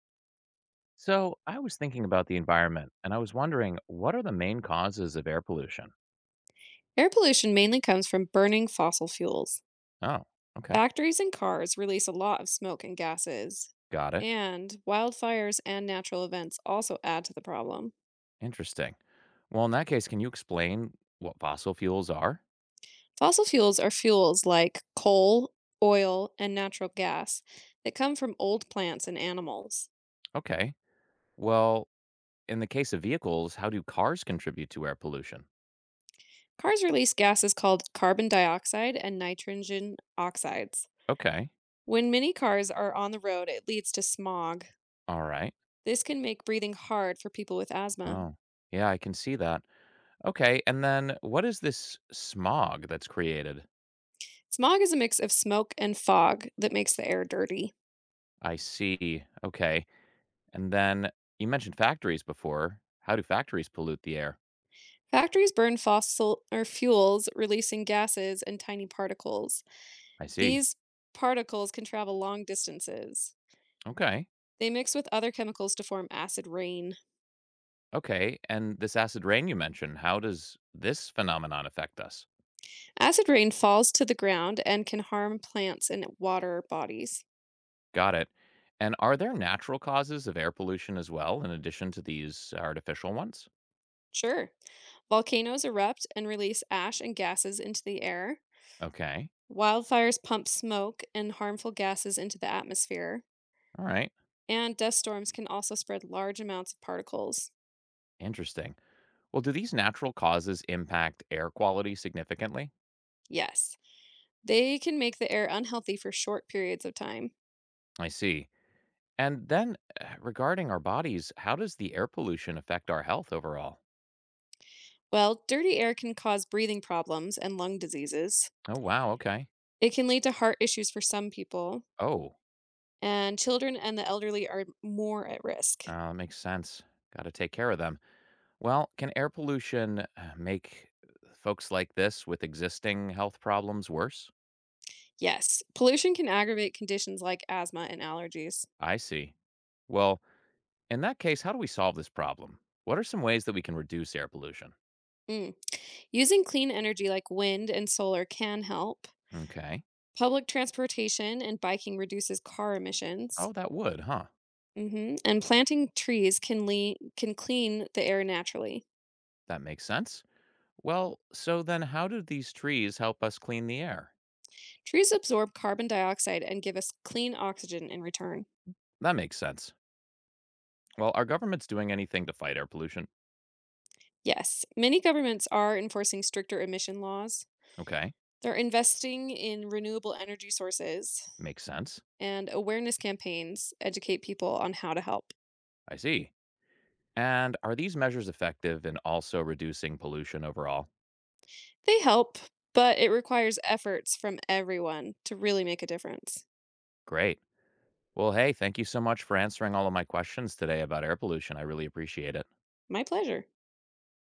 So I was thinking about the environment and I was wondering, what are the main causes of air pollution? Air pollution mainly comes from burning fossil fuels. Oh, okay. Factories and cars release a lot of smoke and gases, Got it. and wildfires and natural events also add to the problem. Interesting. Well, in that case, can you explain what fossil fuels are? Fossil fuels are fuels like coal, oil, and natural gas that come from old plants and animals. Okay. Well, in the case of vehicles, how do cars contribute to air pollution? Cars release gases called carbon dioxide and nitrogen oxides. Okay. When many cars are on the road, it leads to smog. All right. This can make breathing hard for people with asthma. Oh, yeah, I can see that. Okay. And then what is this smog that's created? Smog is a mix of smoke and fog that makes the air dirty. I see. Okay. And then you mentioned factories before. How do factories pollute the air? Factories burn fossil or fuels, releasing gases and tiny particles. I see. These particles can travel long distances. Okay. They mix with other chemicals to form acid rain. Okay. And this acid rain you mentioned, how does this phenomenon affect us? Acid rain falls to the ground and can harm plants and water bodies. Got it. And are there natural causes of air pollution as well, in addition to these artificial ones? Sure. Volcanoes erupt and release ash and gases into the air. Okay. Wildfires pump smoke and harmful gases into the atmosphere. All right. And dust storms can also spread large amounts of particles. Interesting. Well, do these natural causes impact air quality significantly? Yes, they can make the air unhealthy for short periods of time. I see. And then regarding our bodies, how does the air pollution affect our health overall? Well, dirty air can cause breathing problems and lung diseases. Oh, wow. Okay. It can lead to heart issues for some people, Oh, and children and the elderly are more at risk. Makes sense. Got to take care of them. Well, can air pollution make folks like this with existing health problems worse? Yes, pollution can aggravate conditions like asthma and allergies. I see. Well, in that case, how do we solve this problem? What are some ways that we can reduce air pollution? Mm. Using clean energy like wind and solar can help. Okay. Public transportation and biking reduces car Oh, emissions. that would, huh? Mhm, and planting trees can clean the air naturally. That makes sense. Well, so then how do these trees help us clean the air? Trees absorb carbon dioxide and give us clean oxygen in return. That makes sense. Well, are governments doing anything to fight air pollution? Yes, many governments are enforcing stricter emission laws. Okay. They're investing in renewable energy sources, Makes sense. and awareness campaigns educate people on how to help. I see. And are these measures effective in also reducing pollution overall? They help, but it requires efforts from everyone to really make a difference. Great. Well, hey, thank you so much for answering all of my questions today about air pollution. I really appreciate it. My pleasure.